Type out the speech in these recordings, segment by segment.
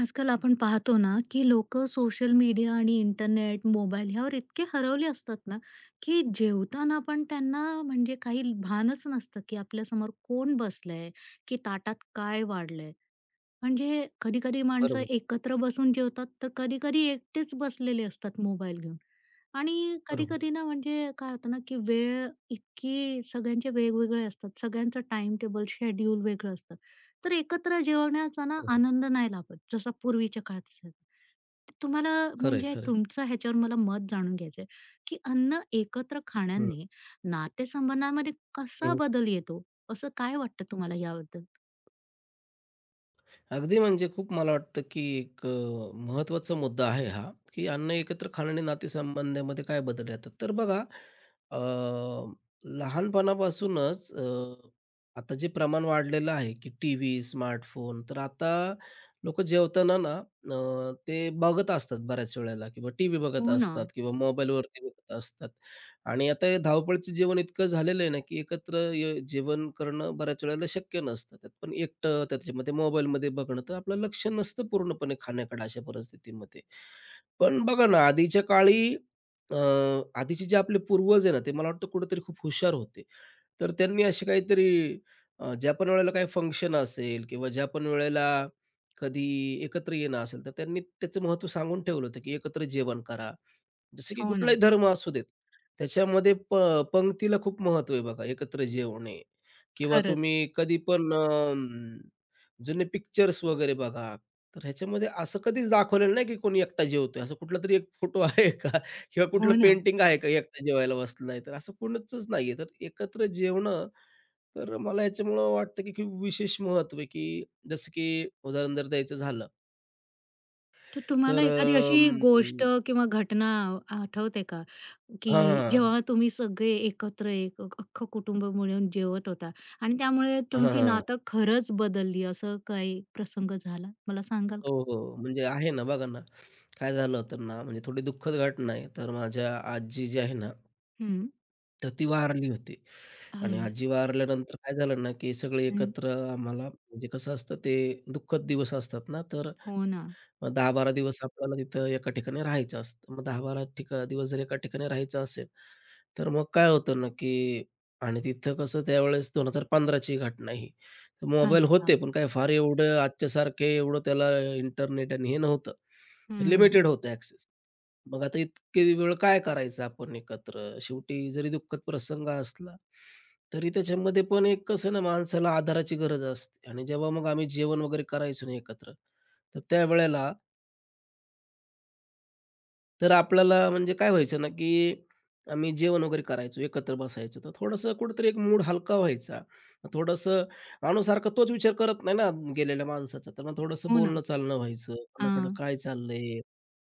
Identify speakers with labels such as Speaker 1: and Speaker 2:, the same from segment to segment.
Speaker 1: आजकाल आपण पाहतो ना, की लोक, सोशल मीडिया आणि इंटरनेट, मोबाईल ह्यावर इतके हरवले असतात ना, की जेवताना पण त्यांना म्हणजे काही भानच नसतं, की आपल्यासमोर कोण बसलंय, की ताटात काय वाढलंय? म्हणजे कधी-कधी माणसं
Speaker 2: बरोबर,
Speaker 1: एकत्र बसून जेवतात, तर कधी-कधी एकटेच बसलेले असतात मोबाईल घेऊन. आणि
Speaker 2: बरोबर. आहे.
Speaker 1: कधी-कधी ना म्हणजे काय होतं ना, की वेळ इतकी सगळ्यांचे वेगवेगळे असतात. सगळ्यांचं टाईम टेबल, शेड्यूल वेगळं असतं. तर एकत्र जेवण्याचा ना
Speaker 2: हो, हो.
Speaker 1: आनंद नाही लाभत, जसा पूर्वीच्या काळात असायचा. तर तुम्हाला
Speaker 2: खरं आहे,
Speaker 1: म्हणजे
Speaker 2: खरं आहे.
Speaker 1: तुमचं ह्याच्यावर मला मत जाणून घ्यायचंय, की अन्न एकत्र
Speaker 2: हं,
Speaker 1: खाण्याने नातेसंबंधामध्ये कसा
Speaker 2: हं.
Speaker 1: बदल येतो? असं काय वाटतं तुम्हाला याबद्दल?
Speaker 2: अगदी म्हणजे खूप मला वाटतं, की एक महत्त्वाचा मुद्दा आहे हा, की अन्न एकत्र खाण्याने नातेसंबंधामध्ये काय बदल येतात. तर बघा अ, लहानपणापासूनच आता जे प्रमाण वाढलेलं आहे, की टीव्ही, स्मार्टफोन, तर आता लोकं जेवताना ना ते बघत असतात बऱ्याच वेळेला किंवा टीव्ही बघत
Speaker 1: हो ना,
Speaker 2: असतात किंवा मोबाईलवरती बघत असतात. आणि आता हे धावपळीचं जीवन इतकं झालेलं आहे ना, की एकत्र जेवण करणं बऱ्याच वेळेला शक्य नसतं. त्यात पण एकटं, त्याच्यामध्ये मोबाईलमध्ये बघणं, तर आपलं लक्ष नसतं पूर्णपणे खाण्याकडे अशा परिस्थितीमध्ये. पण बघा ना, आधीच्या काळी अ, आधीचे जे आपले पूर्वज आहे ना, ते मला वाटतं कुठेतरी खूप हुशार होते. तर त्यांनी असे काहीतरी ज्या पण वेळेला काही फंक्शन असेल किंवा ज्या पण वेळेला कधी एकत्र येणं असेल, तर त्यांनी त्याचं महत्त्व सांगून ठेवलं होतं, की एकत्र जेवण करा. जसं की
Speaker 1: हो ना.
Speaker 2: कुठलाही धर्म असू देत. त्याच्यामध्ये पंक्तीला खूप महत्त्व आहे बघा. एकत्र जेवणे किंवा
Speaker 1: खरंच.
Speaker 2: तुम्ही कधी पण जुने पिक्चर्स वगैरे बघा. तर ह्याच्यामध्ये असं कधीच दाखवलेलं नाही, की कोणी एकटा जेवतोय. असं कुठलातरी एक फोटो आहे का? किंवा कुठलं
Speaker 1: हो ना.
Speaker 2: पेंटिंग आहे का एकटा जेवायला बसलाय, तर असं कोणचंच नाहीये. तर एकत्र जेवणं, तर मला ह्याच्यामुळं वाटतं, की खूप विशेष महत्त्व आहे, की जसं की उदाहरण जर द्यायचं झालं
Speaker 1: तर तुम्हाला
Speaker 2: तर
Speaker 1: एखादी अशी गोष्ट किंवा घटना आठवते का? की
Speaker 2: हां, हां.
Speaker 1: जेव्हा तुम्ही सगळे एकत्र एक अख्खं कुटुंब मिळून जेवत होता आणि त्यामुळे तुमची नातं खरंच बदलली, असं काही प्रसंग झाला? मला सांगाल
Speaker 2: हो,
Speaker 1: का?
Speaker 2: हो. म्हणजे आहे ना, बघा ना, काय झालं होतं ना, म्हणजे थोडी दुःखद घटना आहे. तर माझ्या आजी जी आहे ना,
Speaker 1: हं.
Speaker 2: तर ती वारली होती आणि
Speaker 1: अरे!
Speaker 2: आजी वारल्यानंतर काय झालं ना, की सगळे
Speaker 1: हं.
Speaker 2: एकत्र आम्हाला म्हणजे कसं असतं, ते दुःखद दिवस असतात ना, तर
Speaker 1: हो ना.
Speaker 2: मग 10-12 दिवस आपल्याला तिथं एका ठिकाणी राहायचं असतं. मग 10-12 दिवस जर एका ठिकाणी राहायचं असेल, तर मग काय होतं ना, की आणि तिथं कसं त्यावेळेस 2015 ची घटना ही. तर मोबाईल
Speaker 1: अच्छा.
Speaker 2: होते, पण काय फार एवढं आजच्यासारखे एवढं त्याला इंटरनेट आणि हे नव्हतं. तर
Speaker 1: हं.
Speaker 2: लिमिटेड होतं ॲक्सेस. मग आता इतके वेळ काय करायचं आपण एकत्र? शेवटी जरी दुःखद प्रसंग असला, तरी त्याच्यामध्ये पण एक कसं ना, माणसाला आधाराची गरज असते आणि जेव्हा मग आम्ही जेवण वगैरे करायचो ना एकत्र, तर त्यावेळेला तर आपल्याला म्हणजे काय व्हायचं ना, की आम्ही जेवण वगैरे करायचो, एकत्र बसायचो. तर थोडंसं कुठेतरी एक मूड हलका व्हायचा. थोडंसं माणूस सारखा तोच विचार करत नाही ना गेलेल्या माणसाचा. तर मग थोडंसं
Speaker 1: हो ना.
Speaker 2: बोलणं-चालणं व्हायचं. कोणाकडं
Speaker 1: हां.
Speaker 2: काय चाललंय?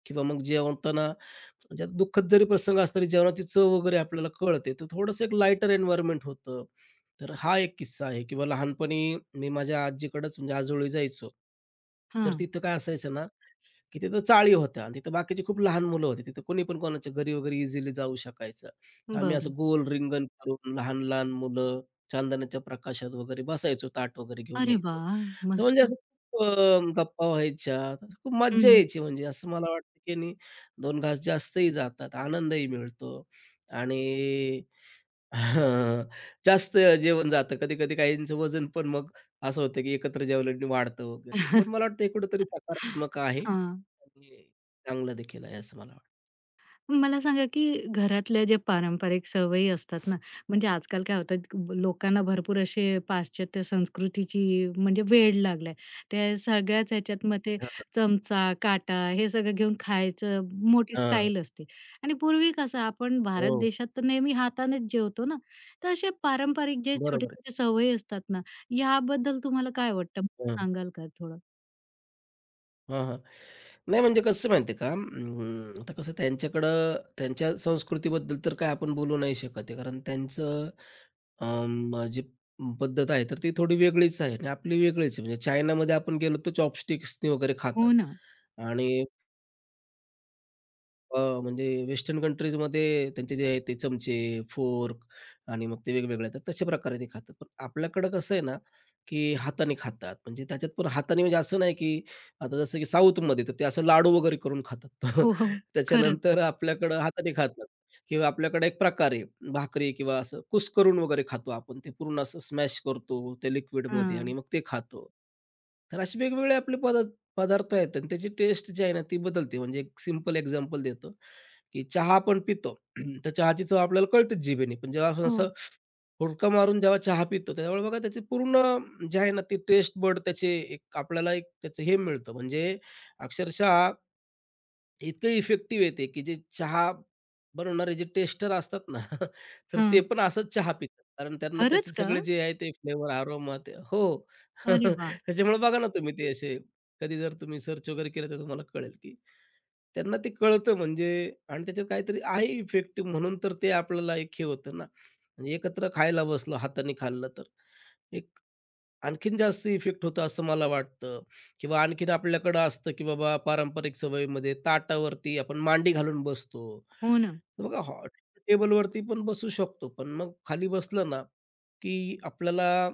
Speaker 2: किंवा मग जेवताना म्हणजे आता दुःखद जरी प्रसंग असला, तरी जेवणाची चव वगैरे आपल्याला कळते. तर थोडंसं एक लाइटर एन्व्हायर्नमेंट होतं. तर हा एक किस्सा आहे किंवा लहानपणी मी माझ्या आजीकडंच म्हणजे आजोळी जायचो. तर
Speaker 1: हां.
Speaker 2: तिथं काय असायचं ना, की तिथं चाळी होत्या आणि तिथं बाकीची खूप लहान मुलं होती. तिथं कोणी पण कोणाच्या घरी वगैरे इझिली जाऊ शकायचं. तर आम्ही असं
Speaker 1: बरं.
Speaker 2: गोल रिंगण करून लहान-लहान मुलं चांदण्याच्या प्रकाशात वगैरे बसायचो, ताट वगैरे घेऊन
Speaker 1: अरे
Speaker 2: यायचो.
Speaker 1: वाह!
Speaker 2: तर म्हणजे
Speaker 1: मस्त.
Speaker 2: असं खूप गप्पा व्हायच्या, तर खूप मज्जा
Speaker 1: हं.
Speaker 2: यायची. म्हणजे असं मला वाटतं, की नाही 2 घास जास्तही जातात, आनंदही मिळतो आणि जास्त जेवण जातं. कधी-कधी काहींचं वजन पण मग असं होतं, की एकत्र जेवल्याने वाढतं वगैरे.
Speaker 1: हां.
Speaker 2: पण मला वाटतं हे कुठेतरी सकारात्मक आहे आणि चांगलं देखील आहे असं मला वाटतं.
Speaker 1: मला सांगा, की घरातल्या ज्या पारंपरिक सवयी असतात ना, म्हणजे आजकाल काय होतं, लोकांना भरपूर असे पाश्चात्य संस्कृतीची म्हणजे वेड लागलाय. त्या सगळ्याच ह्याच्यात मग ते
Speaker 2: हां, हां.
Speaker 1: चमचा, काटा हे सगळं घेऊन खायचं मोठी स्टाईल असते. आणि पूर्वी कसं आपण भारत
Speaker 2: हो,
Speaker 1: देशात तर नेहमी हातानेच जेवतो ना, तर असे पारंपरिक जे
Speaker 2: बरोबर आहे.
Speaker 1: छोटे-छोटे सवयी असतात ना, याबद्दल तुम्हाला काय वाटतं? मला
Speaker 2: हं.
Speaker 1: सांगाल का थोडं?
Speaker 2: हां, नाही म्हणजे कसं माहिती का? आता कसं त्यांच्याकडं त्यांच्या संस्कृतीबद्दल तर काय आपण बोलू नाही शकत, आहे कारण त्यांचं जी पद्धत आहे तर ती थोडी वेगळीच आहे आणि आपली वेगळीच आहे. म्हणजे चायनामध्ये आपण गेलो तर चॉपस्टिक्सनी वगैरे खातात
Speaker 1: हो ना.
Speaker 2: आणि म्हणजे वेस्टर्न कंट्रीजमध्ये त्यांचे जे आहे ते चमचे, फोर्क आणि मग ते वेगवेगळे, तर तशा प्रकारे ते खातात. पण आपल्याकडं कसं आहे ना, की हाताने खातात. म्हणजे त्याच्यात पण हाताने म्हणजे असं नाही, की आता जसं की साऊथमध्ये तर ते असं लाडू वगैरे करून खातात.
Speaker 1: हो, हो. खरंच.
Speaker 2: त्याच्यानंतर आपल्याकडं हाताने खातात किंवा आपल्याकडे एक प्रकार भाकरी किंवा असं कुस्करून वगैरे खातो आपण. ते पूर्ण असं स्मॅश करतो ते लिक्विडमध्ये आणि
Speaker 1: हां.
Speaker 2: मग ते खातो. तर असे वेगवेगळे आपले पदार्थ पदार्थ आहेत आणि त्याची टेस्ट जी आहे ना ती बदलते. म्हणजे एक सिंपल एक्झाम्पल देतो, की चहा आपण पितो. तर चहाची चव आपल्याला कळतेच जिभेने. पण जेव्हा आपण
Speaker 1: हो.
Speaker 2: असं हुडका मारून जेव्हा चहा पितो, त्यावेळी बघा त्याची पूर्ण जे आहे ना, ती टेस्ट त्याचे एक आपल्याला एक त्याचं हे मिळतं. म्हणजे अक्षरशः इतकं इफेक्टिव्ह आहे ते, की जे चहा बनवणारे जे टेस्टर असतात ना, तर ते
Speaker 1: हां.
Speaker 2: पण असंच चहा पितात. कारण त्यांना त्याचे
Speaker 1: खरंच का?
Speaker 2: सगळे जे आहे ते फ्लेवर, आरोमा ते हो.
Speaker 1: अरे वाह!
Speaker 2: त्याच्यामुळे बघा ना, तुम्ही ते असे कधी जर तुम्ही सर्च वगैरे केलं, तर तुम्हाला कळेल, की त्यांना ते कळतं. म्हणजे आणि त्याच्यात काहीतरी आहे इफेक्ट म्हणून तर ते आपल्याला एक हे होतं ना, म्हणजे एकत्र खायला बसलो, हाताने खाल्लं तर एक आणखीन जास्त इफेक्ट होतं असं मला वाटतं. किंवा आणखीन आपल्याकडं असतं, की बाबा पारंपरिक सवयीमध्ये ताटावरती आपण मांडी घालून बसतो.
Speaker 1: हो ना.
Speaker 2: तर बघा टेबलवरती पण बसू शकतो, पण मग खाली बसलं ना, की आपल्याला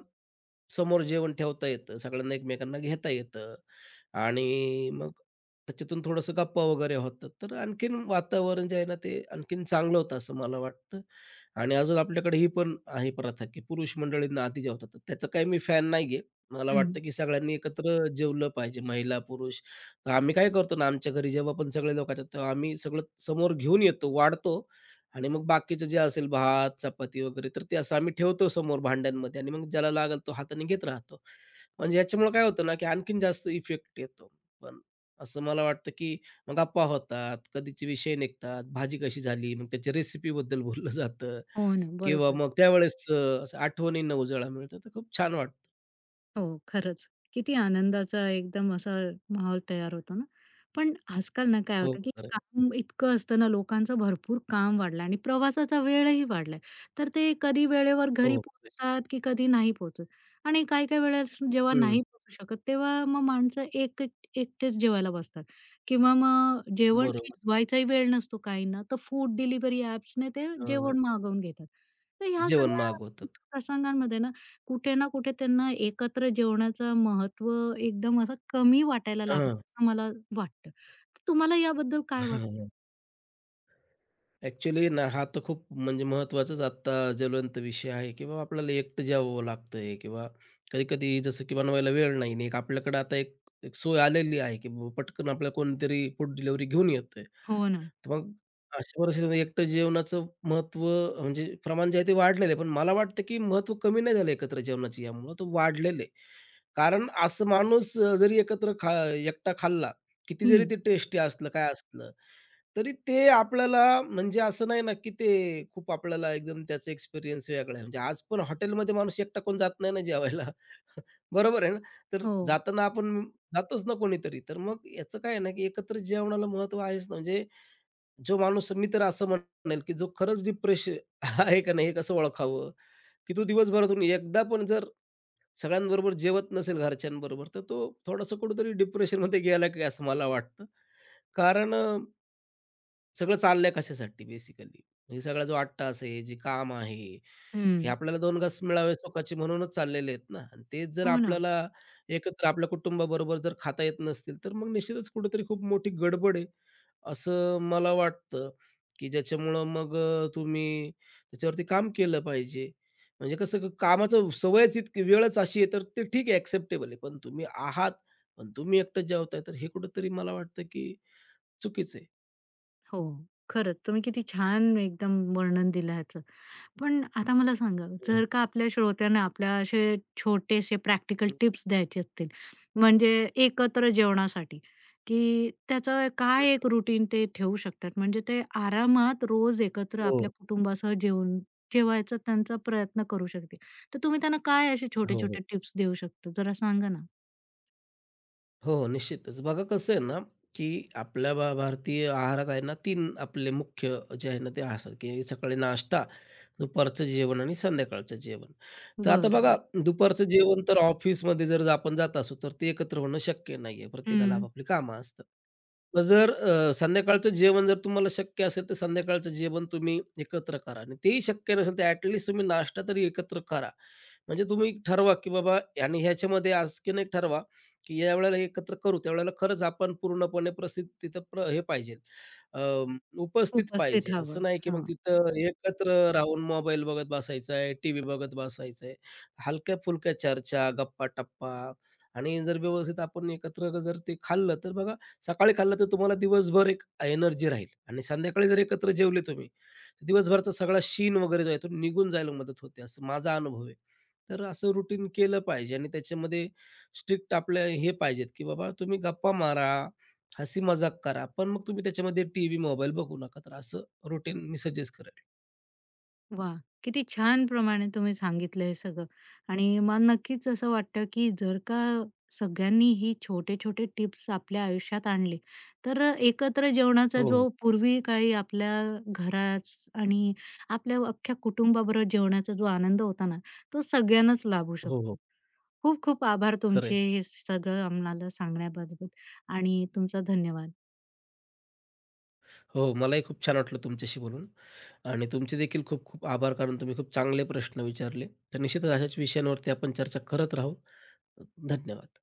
Speaker 2: समोर जेवण ठेवता येतं, सगळ्यांना एकमेकांना घेता येतं आणि मग त्याच्यातून थोडंसं गप्पा वगैरे होतात. तर आणखीन वातावरण जे आहे ना, ते आणखीन चांगलं होतं असं मला वाटतं. आणि अजून आपल्याकडे ही पण आहे प्रथा, की पुरुष मंडळींना आधी जेवतात. तर त्याचा काही मी फॅन नाहीये. मला
Speaker 1: हं.
Speaker 2: वाटतं की सगळ्यांनी एकत्र जेवलं पाहिजे, महिला, पुरुष. तर आम्ही काय करतो ना, आमच्या घरी जेव्हा पण सगळे लोक येतात, तेव्हा आम्ही सगळं समोर घेऊन येतो, वाढतो आणि मग बाकीचं जे असेल भात, चपाती वगैरे तर ते असं आम्ही ठेवतो समोर भांड्यांमध्ये आणि मग ज्याला लागेल तो हाताने घेत राहतो. म्हणजे याच्यामुळे काय होतं ना, की आणखीन जास्त इफेक्ट येतो. पण असं मला वाटतं, की मग गप्पा होतात, कधीचे विषय निघतात, भाजी कशी झाली, मग त्याच्या रेसिपीबद्दल बोललं जातं
Speaker 1: हो ना.
Speaker 2: किंवा
Speaker 1: बरोबर.
Speaker 2: मग त्यावेळेस असं आठवणींना उजाळा मिळतो. तर खूप छान वाटतं.
Speaker 1: हो, खरंच. किती आनंदाचा एकदम असा माहोल तयार होतो ना. पण आजकाल ना काय
Speaker 2: हो,
Speaker 1: होतं, की
Speaker 2: खरं
Speaker 1: काम इतकं असतं ना, लोकांचं भरपूर काम वाढलं आणि प्रवासाचा वेळही वाढलाय. तर ते कधी वेळेवर घरी
Speaker 2: हो, खरं आहे.
Speaker 1: पोहोचतात, की कधी नाही पोहोचत. आणि काही-काही वेळेस जेव्हा नाही पोहोचू शकत, तेव्हा मग माणसं एक एक एकटेच जेवायला बसतात किंवा मग जेवण
Speaker 2: बरोबर.
Speaker 1: शिजवायचाही वेळ नसतो काहींना, तर फूड डिलिव्हरी ॲप्सने ते
Speaker 2: अ,
Speaker 1: जेवण मागवून घेतात. तर ह्या
Speaker 2: जेवण
Speaker 1: सगळ्या
Speaker 2: मागवतात.
Speaker 1: प्रसंगांमध्ये ना, कुठे ना कुठे त्यांना एकत्र जेवणाचं महत्व एकदम असं कमी वाटायला लागलं,
Speaker 2: हां.
Speaker 1: असं मला वाटतं. तर तुम्हाला याबद्दल काय वाटतं?
Speaker 2: ॲक्च्युली ना, हा तर खूप म्हणजे महत्त्वाचाच आत्ता ज्वलंत विषय आहे, की बाबा आपल्याला एकटं जेवावं लागतंय किंवा कधी-कधी जसं की बनवायला वेळ नाही. आणि एक आपल्याकडे आता एक एक सोय आलेली आहे, की बाबा पटकन आपल्याला कोणीतरी फूड डिलिव्हरी घेऊन येतंय. तर
Speaker 1: हो ना.
Speaker 2: मग अशा परिस्थितीमध्ये एकटं जेवणाचं महत्त्व म्हणजे प्रमाण जे आहे ते वाढलेलं आहे. पण मला वाटतं, की महत्त्व कमी नाही झालं एकत्र जेवणाचं यामुळं, तर वाढलेलं आहे. कारण असं माणूस जरी एकत्र खा एकटा खाल्ला, किती जरी
Speaker 1: हं.
Speaker 2: ते टेस्टी असलं, काय असलं, तरी ते आपल्याला म्हणजे असं नाही ना, की ते खूप आपल्याला एकदम त्याचा एक्सपिरियन्स वेगळा आहे. म्हणजे आज पण हॉटेलमध्ये माणूस एकटा कोण जात नाही ना जेवायला. बरोबर आहे ना? तर
Speaker 1: हो.
Speaker 2: जाताना आपण जातोच ना कोणीतरी. तर मग याचं काय आहे ना, की एकत्र जेवणाला महत्त्व आहेच ना. म्हणजे जो माणूस मी तर असं म्हणेल, की जो खरंच डिप्रेशन आहे का नाही हे कसं ओळखावं? की तो दिवसभरातून एकदा पण जर सगळ्यांबरोबर जेवत नसेल घरच्यांबरोबर, तर तो थोडासा कुठेतरी डिप्रेशनमध्ये गेला की असं मला वाटतं. कारण सगळं चाललंय कशासाठी बेसिकली? म्हणजे सगळा जो 8 तास आहे, जे काम आहे, हे
Speaker 1: हं.
Speaker 2: आपल्याला 2 घास मिळावे सुखाचे म्हणूनच चाललेले आहेत ना आणि तेच जर
Speaker 1: हो ना.
Speaker 2: आपल्याला एकत्र आपल्या कुटुंबाबरोबर जर खाता येत नसतील, तर मग निश्चितच कुठेतरी खूप मोठी गडबड आहे, असं मला वाटतं, की ज्याच्यामुळं मग तुम्ही त्याच्यावरती काम केलं पाहिजे. म्हणजे कसं कामाचं सवयच इतकी वेळच अशी आहे, तर ते ठीक आहे, एक्सेप्टेबल आहे. पण तुम्ही आहात, पण तुम्ही एकटंच जेवताय, तर हे कुठेतरी मला वाटतं, की चुकीचं आहे.
Speaker 1: हो, खरंच तुम्ही किती छान एकदम वर्णन दिलं ह्याचं. पण आता मला सांगा,
Speaker 2: हं,
Speaker 1: जर का आपल्या श्रोत्यांना आपल्या असे छोटेसे प्रॅक्टिकल टिप्स द्यायचे असतील, म्हणजे एकत्र जेवणासाठी, की त्याचं काय एक रुटीन ते ठेवू शकतात? म्हणजे ते आरामात रोज एकत्र
Speaker 2: हो,
Speaker 1: आपल्या कुटुंबासह जेवून जेवायचा त्यांचा प्रयत्न करू शकतील. तर तुम्ही त्यांना काय असे
Speaker 2: हो, हो.
Speaker 1: छोटे-छोटे टिप्स देऊ शकता? जरा सांगा ना?
Speaker 2: हो, हो. निश्चितच. बघा कसं आहे ना, की आपल्या भारतीय आहारात आहे ना 3 आपले मुख्य जे आहे ना ते आहार असतात, की सकाळी नाश्ता, दुपारचं जेवण आणि संध्याकाळचं जेवण. तर आता
Speaker 1: बरं,
Speaker 2: बघा
Speaker 1: बरं.
Speaker 2: दुपारचं जेवण तर ऑफिसमध्ये जर आपण जात असू, तर ते एकत्र होणं शक्य नाही आहे. प्रत्येकाला
Speaker 1: हं.
Speaker 2: आपापली कामं असतात. मग जर संध्याकाळचं जेवण जर तुम्हाला शक्य असेल, तर संध्याकाळचं जेवण तुम्ही एकत्र करा आणि तेही शक्य नसेल, तर तुम्ही नाश्ता तरी एकत्र करा. म्हणजे तुम्ही ठरवा, की बाबा आणि ह्याच्यामध्ये आज की नाही ठरवा, की यावेळेला हे एकत्र करू, त्यावेळेला खरंच आपण पूर्णपणे प्रसिद्ध तिथं प्र हे पाहिजे, अं, उपस्थित
Speaker 1: उपस्थित
Speaker 2: पाहिजे. असं
Speaker 1: हवं.
Speaker 2: नाही की मग
Speaker 1: हो.
Speaker 2: तिथं एकत्र राहून मोबाईल बघत बसायचं आहे, टीव्ही बघत बसायचं आहे. हलक्या-फुलक्या चर्चा, गप्पा-टप्पा आणि जर व्यवस्थित आपण एकत्र जर ते खाल्लं, तर बघा सकाळी खाल्लं तर तुम्हाला दिवसभर एक एनर्जी राहील आणि संध्याकाळी जर एकत्र जेवले तुम्ही, तर दिवसभरचा सगळा शीण वगैरे जो आहे तो निघून जायला मदत होते, असं माझा अनुभव आहे. तर असं रुटीन केलं पाहिजे आणि त्याच्यामध्ये स्ट्रिक्ट आपले हे पाहिजेत, की बाबा तुम्ही गप्पा मारा, हसी मजाक करा, पण मग तुम्ही त्याच्यामध्ये टीव्ही, मोबाईल बघू नका. तर असं रुटीन मी सजेस्ट करेल.
Speaker 1: वा, किती छान प्रमाणे तुम्ही सांगितलं हे सगळं आणि मला नक्कीच असं वाटतं, की जर का सगळ्यांनी ही छोटे-छोटे टिप्स आपल्या आयुष्यात आणले, तर एकत्र जेवणाचा
Speaker 2: हो, हो.
Speaker 1: जो पूर्वी काही आपल्या घरात आणि आपल्या अख्ख्या कुटुंबाबरोबर जेवणाचा जो आनंद होता ना, तो सगळ्यांनाच लाभू
Speaker 2: हो,
Speaker 1: शकतो.
Speaker 2: हो.
Speaker 1: खूप खूप आभार
Speaker 2: खरं
Speaker 1: तुमचे
Speaker 2: आहे.
Speaker 1: हे सगळं आम्हाला सांगण्याबद्दल आणि तुमचा धन्यवाद.
Speaker 2: हो, मलाही खूप छान वाटलं तुमच्याशी बोलून आणि तुमचे देखील खूप खूप आभार, कारण तुम्ही खूप चांगले प्रश्न विचारले. तर निश्चितच अशाच विषयांवरती आपण चर्चा करत राहू. धन्यवाद.